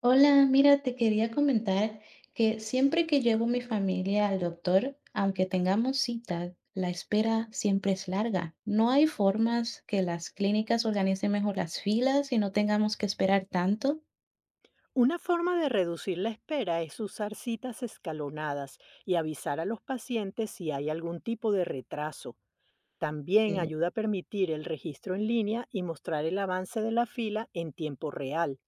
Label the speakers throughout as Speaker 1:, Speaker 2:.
Speaker 1: Hola, mira, te quería comentar que siempre que llevo mi familia al doctor, aunque tengamos cita, la espera siempre es larga. ¿No hay formas que las clínicas organicen mejor las filas y no tengamos que esperar tanto?
Speaker 2: Una forma de reducir la espera es usar citas escalonadas y avisar a los pacientes si hay algún tipo de retraso. También
Speaker 1: Sí.
Speaker 2: ayuda a permitir el registro en línea y mostrar el avance de la fila en tiempo real.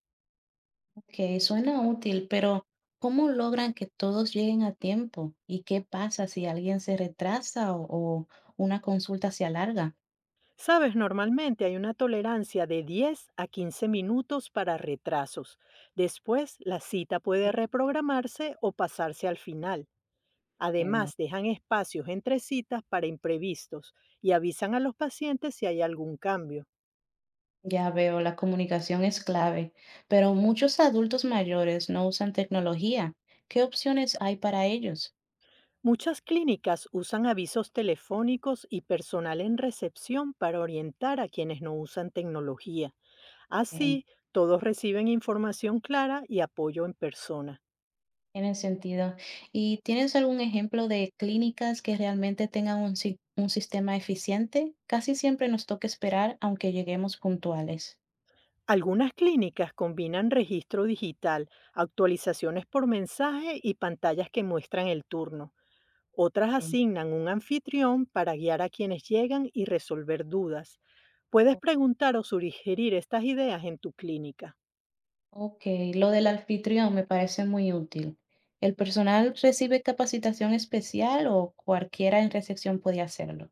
Speaker 1: Que suena útil, pero ¿cómo logran que todos lleguen a tiempo? ¿Y qué pasa si alguien se retrasa o una consulta se alarga?
Speaker 2: Sabes, normalmente hay una tolerancia de 10 a 15 minutos para retrasos. Después, la cita puede reprogramarse o pasarse al final. Además, dejan espacios entre citas para imprevistos y avisan a los pacientes si hay algún cambio.
Speaker 1: Ya veo, la comunicación es clave, pero muchos adultos mayores no usan tecnología. ¿Qué opciones hay para ellos?
Speaker 2: Muchas clínicas usan avisos telefónicos y personal en recepción para orientar a quienes no usan tecnología.
Speaker 1: Eh,
Speaker 2: Así, todos reciben información clara y apoyo en persona.
Speaker 1: Tiene sentido. ¿Y tienes algún ejemplo de clínicas que realmente tengan un, si- un sistema eficiente? Casi siempre nos toca esperar aunque lleguemos puntuales.
Speaker 2: Algunas clínicas combinan registro digital, actualizaciones por mensaje y pantallas que muestran el turno. Otras
Speaker 1: Eh,
Speaker 2: asignan un anfitrión para guiar a quienes llegan y resolver dudas. Puedes preguntar o sugerir estas ideas en tu clínica.
Speaker 1: Ok, lo del anfitrión me parece muy útil. ¿El personal recibe capacitación especial o cualquiera en recepción puede hacerlo?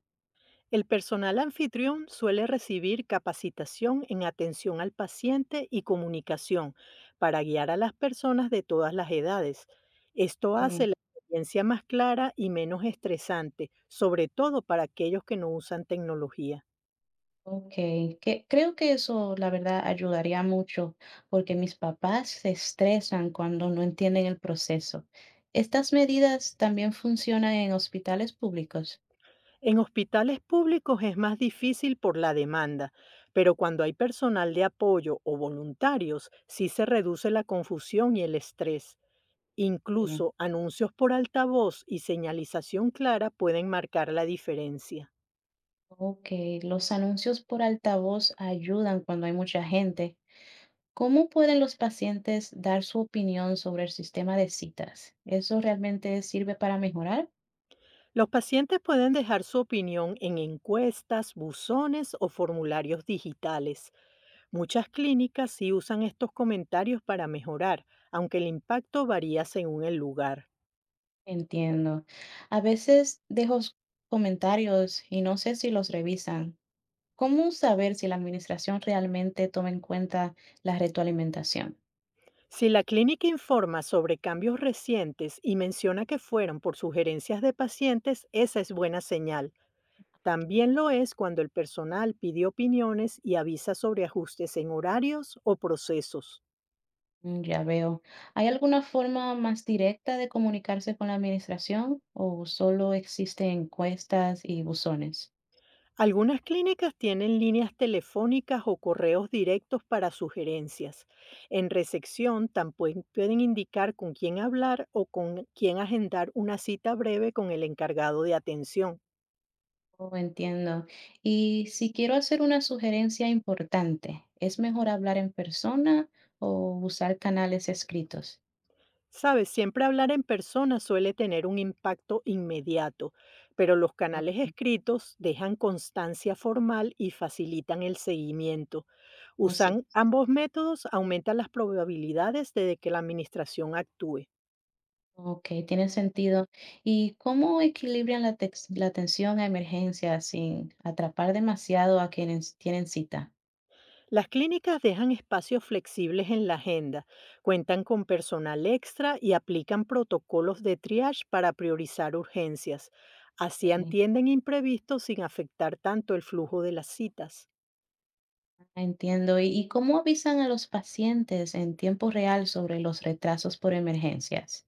Speaker 2: El personal anfitrión suele recibir capacitación en atención al paciente y comunicación para guiar a las personas de todas las edades. Esto
Speaker 1: Eh,
Speaker 2: hace la experiencia más clara y menos estresante, sobre todo para aquellos que no usan tecnología.
Speaker 1: Ok, que creo que eso la verdad ayudaría mucho porque mis papás se estresan cuando no entienden el proceso. ¿Estas medidas también funcionan en hospitales públicos?
Speaker 2: En hospitales públicos es más difícil por la demanda, pero cuando hay personal de apoyo o voluntarios, sí se reduce la confusión y el estrés.
Speaker 1: Qué bien.
Speaker 2: Incluso anuncios por altavoz y señalización clara pueden marcar la diferencia.
Speaker 1: Ok, los anuncios por altavoz ayudan cuando hay mucha gente. ¿Cómo pueden los pacientes dar su opinión sobre el sistema de citas? ¿Eso realmente sirve para mejorar?
Speaker 2: Los pacientes pueden dejar su opinión en encuestas, buzones o formularios digitales. Muchas clínicas sí usan estos comentarios para mejorar, aunque el impacto varía según el lugar.
Speaker 1: Entiendo. A veces comentarios y no sé si los revisan. ¿Cómo saber si la administración realmente toma en cuenta la retroalimentación?
Speaker 2: Si la clínica informa sobre cambios recientes y menciona que fueron por sugerencias de pacientes, esa es buena señal. También lo es cuando el personal pide opiniones y avisa sobre ajustes en horarios o procesos.
Speaker 1: Mm, ya veo. ¿Hay alguna forma más directa de comunicarse con la administración o solo existen encuestas y buzones?
Speaker 2: Algunas clínicas tienen líneas telefónicas o correos directos para sugerencias. En recepción también pueden indicar con quién hablar o con quién agendar una cita breve con el encargado de atención.
Speaker 1: Oh, entiendo. Y si quiero hacer una sugerencia importante, ¿es mejor hablar en persona o usar canales escritos?
Speaker 2: Sabes, siempre hablar en persona suele tener un impacto inmediato, pero los
Speaker 1: Ah.
Speaker 2: canales escritos dejan constancia formal y facilitan el seguimiento.
Speaker 1: Oh, sí.
Speaker 2: Usan ambos métodos, aumentan las probabilidades de que la administración actúe.
Speaker 1: Ok, tiene sentido. ¿Y cómo equilibran la atención a emergencias sin atrapar demasiado a quienes tienen cita?
Speaker 2: Las clínicas dejan espacios flexibles en la agenda, cuentan con personal extra y aplican protocolos de triage para priorizar urgencias.
Speaker 1: Eh,
Speaker 2: Así atienden imprevistos sin afectar tanto el flujo de las citas.
Speaker 1: Entiendo. ¿Y cómo avisan a los pacientes en tiempo real sobre los retrasos por emergencias?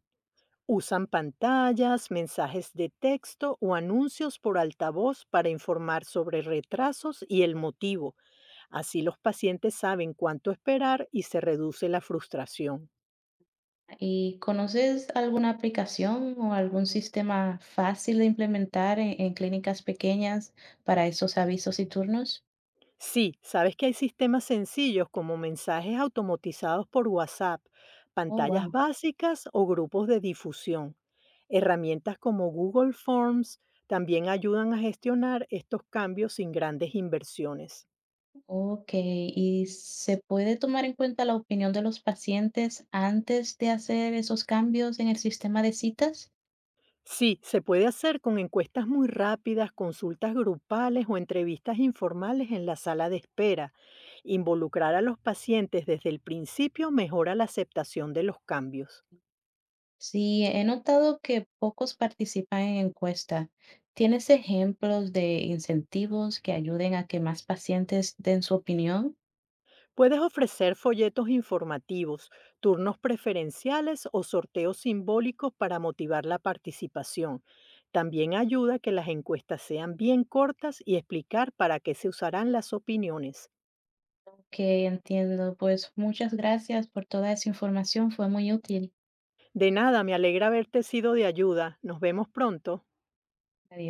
Speaker 2: Usan pantallas, mensajes de texto o anuncios por altavoz para informar sobre retrasos y el motivo. Así los pacientes saben cuánto esperar y se reduce la frustración.
Speaker 1: ¿Y conoces alguna aplicación o algún sistema fácil de implementar en clínicas pequeñas para esos avisos y turnos?
Speaker 2: Sí, sabes que hay sistemas sencillos como mensajes automatizados por WhatsApp,
Speaker 1: Oh,
Speaker 2: pantallas
Speaker 1: wow.
Speaker 2: básicas o grupos de difusión. Herramientas como Google Forms también ayudan a gestionar estos cambios sin grandes inversiones.
Speaker 1: Ok, ¿y se puede tomar en cuenta la opinión de los pacientes antes de hacer esos cambios en el sistema de citas?
Speaker 2: Sí, se puede hacer con encuestas muy rápidas, consultas grupales o entrevistas informales en la sala de espera. Involucrar a los pacientes desde el principio mejora la aceptación de los cambios.
Speaker 1: Sí, he notado que pocos participan en encuesta. ¿Tienes ejemplos de incentivos que ayuden a que más pacientes den su opinión?
Speaker 2: Puedes ofrecer folletos informativos, turnos preferenciales o sorteos simbólicos para motivar la participación. También ayuda que las encuestas sean bien cortas y explicar para qué se usarán las opiniones.
Speaker 1: Ok, entiendo. Pues muchas gracias por toda esa información, fue muy útil.
Speaker 2: De nada, me alegra haberte sido de ayuda. Nos vemos pronto.